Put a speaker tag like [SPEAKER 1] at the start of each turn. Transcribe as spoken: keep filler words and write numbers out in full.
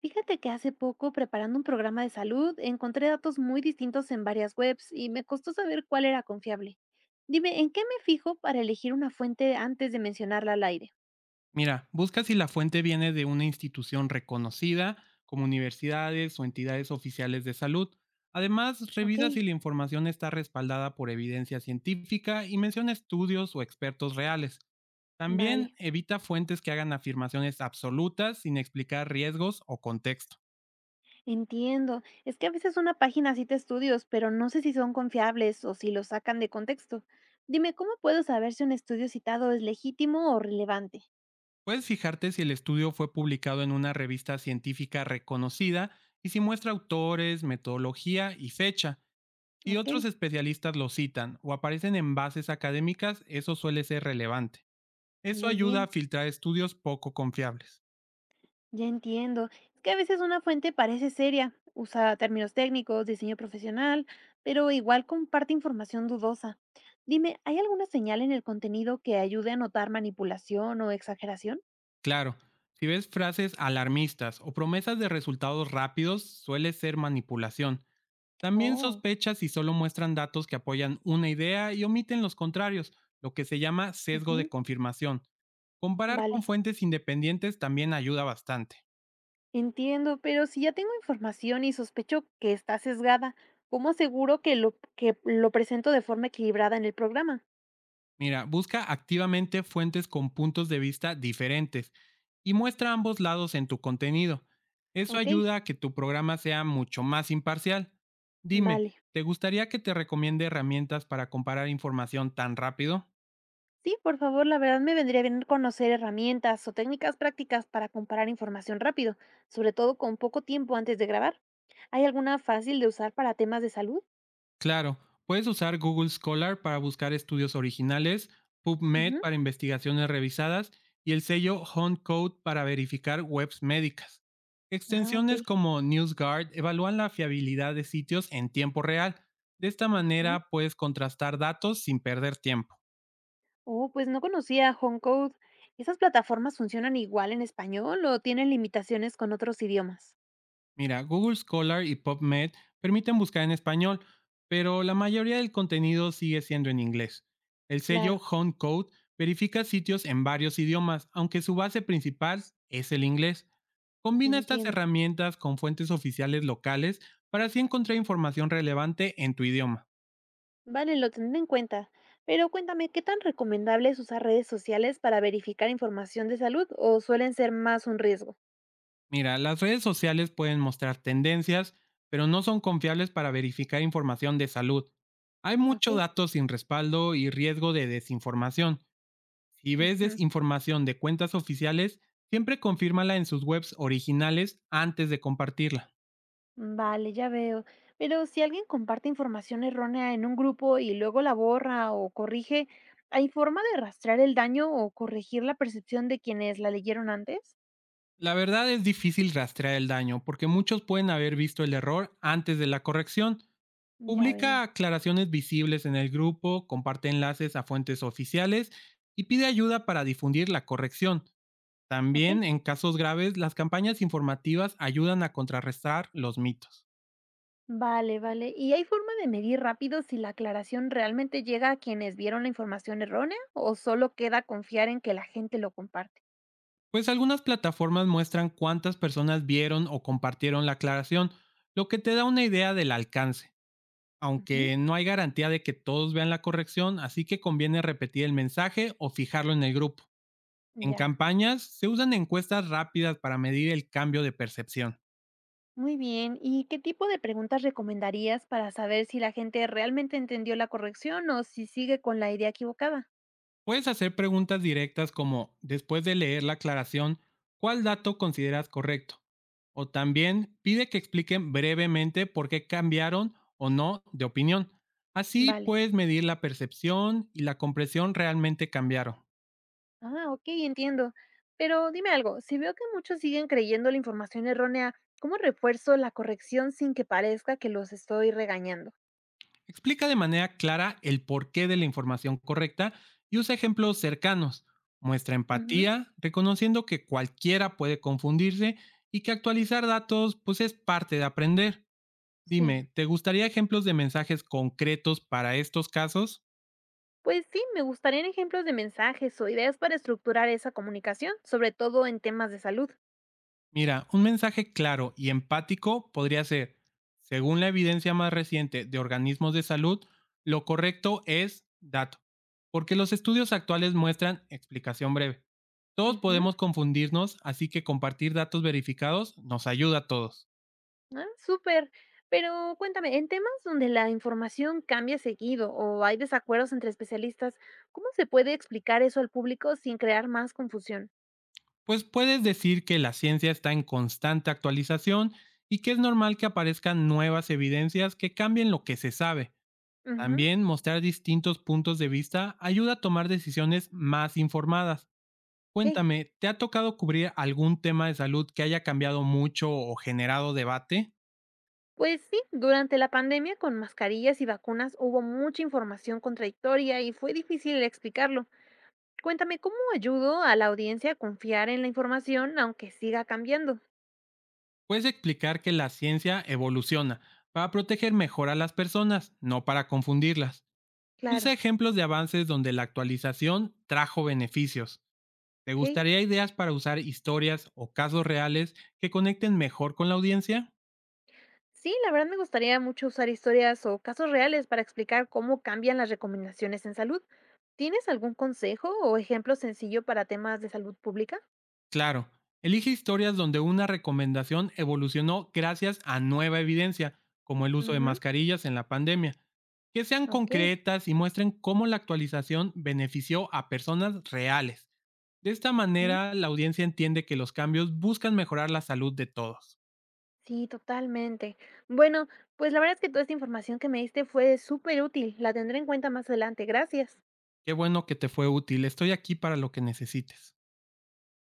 [SPEAKER 1] Fíjate que hace poco, preparando un programa de salud, encontré datos muy distintos en varias webs y me costó saber cuál era confiable. Dime, ¿en qué me fijo para elegir una fuente antes de mencionarla al aire?
[SPEAKER 2] Mira, busca si la fuente viene de una institución reconocida, como universidades o entidades oficiales de salud. Además,
[SPEAKER 1] Ok,
[SPEAKER 2] revisa si la información está respaldada por evidencia científica y menciona estudios o expertos reales.
[SPEAKER 1] vale.
[SPEAKER 2] También evita fuentes que hagan afirmaciones absolutas sin explicar riesgos o contexto.
[SPEAKER 1] Entiendo. Es que a veces una página cita estudios, pero no sé si son confiables o si los sacan de contexto. Dime, ¿cómo puedo saber si un estudio citado es legítimo o relevante?
[SPEAKER 2] Puedes fijarte si el estudio fue publicado en una revista científica reconocida y si muestra autores, metodología y fecha. Si
[SPEAKER 1] Ok,
[SPEAKER 2] otros especialistas lo citan o aparecen en bases académicas, eso suele ser relevante. Eso
[SPEAKER 1] muy
[SPEAKER 2] ayuda a
[SPEAKER 1] bien.
[SPEAKER 2] filtrar estudios poco confiables.
[SPEAKER 1] Ya entiendo. Es que a veces una fuente parece seria, usa términos técnicos, diseño profesional, pero igual comparte información dudosa. Dime, ¿hay alguna señal en el contenido que ayude a notar manipulación o exageración?
[SPEAKER 2] Claro, si ves frases alarmistas o promesas de resultados rápidos, suele ser manipulación. También
[SPEAKER 1] Oh,
[SPEAKER 2] sospecha si solo muestran datos que apoyan una idea y omiten los contrarios, lo que se llama sesgo de
[SPEAKER 1] ujú,
[SPEAKER 2] confirmación. Comparar
[SPEAKER 1] vale.
[SPEAKER 2] con fuentes independientes también ayuda bastante.
[SPEAKER 1] Entiendo, pero si ya tengo información y sospecho que está sesgada, ¿cómo aseguro que lo, que lo presento de forma equilibrada en el programa?
[SPEAKER 2] Mira, busca activamente fuentes con puntos de vista diferentes y muestra ambos lados en tu contenido. Eso
[SPEAKER 1] Ok,
[SPEAKER 2] ayuda a que tu programa sea mucho más imparcial. Dime,
[SPEAKER 1] vale.
[SPEAKER 2] ¿te gustaría que te recomiende herramientas para comparar información tan rápido?
[SPEAKER 1] Sí, por favor, la verdad me vendría bien conocer herramientas o técnicas prácticas para comparar información rápido, sobre todo con poco tiempo antes de grabar. ¿Hay alguna fácil de usar para temas de salud?
[SPEAKER 2] Claro, puedes usar Google Scholar para buscar estudios originales, PubMed
[SPEAKER 1] Ujú.
[SPEAKER 2] para investigaciones revisadas y el sello Hunt Code para verificar webs médicas.
[SPEAKER 1] Ah, ok.
[SPEAKER 2] Extensiones como NewsGuard evalúan la fiabilidad de sitios en tiempo real. De esta
[SPEAKER 1] Ajá.
[SPEAKER 2] manera puedes contrastar datos sin perder tiempo.
[SPEAKER 1] Oh, pues no conocía HomeCode. ¿Esas plataformas funcionan igual en español o tienen limitaciones con otros idiomas?
[SPEAKER 2] Mira, Google Scholar y PubMed permiten buscar en español, pero la mayoría del contenido sigue siendo en inglés. El sello
[SPEAKER 1] Claro,
[SPEAKER 2] Home Code verifica sitios en varios idiomas, aunque su base principal es el inglés. Combina estas
[SPEAKER 1] entiendo.
[SPEAKER 2] herramientas con fuentes oficiales locales para así encontrar información relevante en tu idioma.
[SPEAKER 1] Vale, lo tendré en cuenta. Pero cuéntame, ¿qué tan recomendable es usar redes sociales para verificar información de salud o suelen ser más un riesgo?
[SPEAKER 2] Mira, las redes sociales pueden mostrar tendencias, pero no son confiables para verificar información de salud. Hay
[SPEAKER 1] Ok.
[SPEAKER 2] mucho dato sin respaldo y riesgo de desinformación. Si ves
[SPEAKER 1] Ujú.
[SPEAKER 2] desinformación de cuentas oficiales, siempre confírmala en sus webs originales antes de compartirla.
[SPEAKER 1] Mm, vale, ya veo. Pero si alguien comparte información errónea en un grupo y luego la borra o corrige, ¿hay forma de rastrear el daño o corregir la percepción de quienes la leyeron antes?
[SPEAKER 2] La verdad es difícil rastrear el daño porque muchos pueden haber visto el error antes de la corrección.
[SPEAKER 1] Ya veo.
[SPEAKER 2] Publica aclaraciones visibles en el grupo, comparte enlaces a fuentes oficiales y pide ayuda para difundir la corrección.
[SPEAKER 1] Ok.
[SPEAKER 2] También, en casos graves, las campañas informativas ayudan a contrarrestar los mitos.
[SPEAKER 1] Vale, vale. ¿Y hay forma de medir rápido si la aclaración realmente llega a quienes vieron la información errónea o solo queda confiar en que la gente lo comparte?
[SPEAKER 2] Pues algunas plataformas muestran cuántas personas vieron o compartieron la aclaración, lo que te da una idea del alcance,
[SPEAKER 1] Ujú.
[SPEAKER 2] aunque no hay garantía de que todos vean la corrección, así que conviene repetir el mensaje o fijarlo en el grupo. En
[SPEAKER 1] Ya.
[SPEAKER 2] campañas se usan encuestas rápidas para medir el cambio de percepción.
[SPEAKER 1] Muy bien. ¿Y qué tipo de preguntas recomendarías para saber si la gente realmente entendió la corrección o si sigue con la idea equivocada?
[SPEAKER 2] Puedes hacer preguntas directas como, después de leer la aclaración, ¿cuál dato consideras correcto? O también pide que expliquen brevemente por qué cambiaron o no de opinión. Así
[SPEAKER 1] Vale.
[SPEAKER 2] puedes medir la percepción y la comprensión realmente cambiaron.
[SPEAKER 1] Ah, ok, entiendo. Pero dime algo, si veo que muchos siguen creyendo la información errónea, ¿cómo refuerzo la corrección sin que parezca que los estoy regañando?
[SPEAKER 2] Explica de manera clara el porqué de la información correcta y usa ejemplos cercanos. Muestra
[SPEAKER 1] Ujú.
[SPEAKER 2] empatía, reconociendo que cualquiera puede confundirse y que actualizar datos pues es parte de aprender.
[SPEAKER 1] Sí.
[SPEAKER 2] Dime, ¿te gustaría ejemplos de mensajes concretos para estos casos?
[SPEAKER 1] Pues sí, me gustarían ejemplos de mensajes o ideas para estructurar esa comunicación, sobre todo en temas de salud.
[SPEAKER 2] Mira, un mensaje claro y empático podría ser, según la evidencia más reciente de organismos de salud, lo correcto es dato, porque los estudios actuales muestran explicación breve. Todos
[SPEAKER 1] Ujú.
[SPEAKER 2] podemos confundirnos, así que compartir datos verificados nos ayuda a todos.
[SPEAKER 1] Ah, súper. Pero cuéntame, en temas donde la información cambia seguido o hay desacuerdos entre especialistas, ¿cómo se puede explicar eso al público sin crear más confusión?
[SPEAKER 2] Pues puedes decir que la ciencia está en constante actualización y que es normal que aparezcan nuevas evidencias que cambien lo que se sabe.
[SPEAKER 1] Ujú.
[SPEAKER 2] También mostrar distintos puntos de vista ayuda a tomar decisiones más informadas.
[SPEAKER 1] Ok.
[SPEAKER 2] Cuéntame, ¿te ha tocado cubrir algún tema de salud que haya cambiado mucho o generado debate?
[SPEAKER 1] Pues sí, durante la pandemia con mascarillas y vacunas hubo mucha información contradictoria y fue difícil explicarlo. Cuéntame, ¿cómo ayudo a la audiencia a confiar en la información aunque siga cambiando?
[SPEAKER 2] Puedes explicar que la ciencia evoluciona para proteger mejor a las personas, no para confundirlas. Usa
[SPEAKER 1] Claro,
[SPEAKER 2] ejemplos de avances donde la actualización trajo beneficios. ¿Te
[SPEAKER 1] ok.
[SPEAKER 2] gustaría ideas para usar historias o casos reales que conecten mejor con la audiencia?
[SPEAKER 1] Sí, la verdad me gustaría mucho usar historias o casos reales para explicar cómo cambian las recomendaciones en salud. ¿Tienes algún consejo o ejemplo sencillo para temas de salud pública?
[SPEAKER 2] Claro, elige historias donde una recomendación evolucionó gracias a nueva evidencia, como el uso de
[SPEAKER 1] Ujú,
[SPEAKER 2] mascarillas en la pandemia, que sean
[SPEAKER 1] ok.
[SPEAKER 2] concretas y muestren cómo la actualización benefició a personas reales. De esta
[SPEAKER 1] Ujú.
[SPEAKER 2] manera, la audiencia entiende que los cambios buscan mejorar la salud de todos.
[SPEAKER 1] Sí, totalmente. Bueno, pues la verdad es que toda esta información que me diste fue súper útil. La tendré en cuenta más adelante. Gracias.
[SPEAKER 2] Qué bueno que te fue útil, estoy aquí para lo que necesites.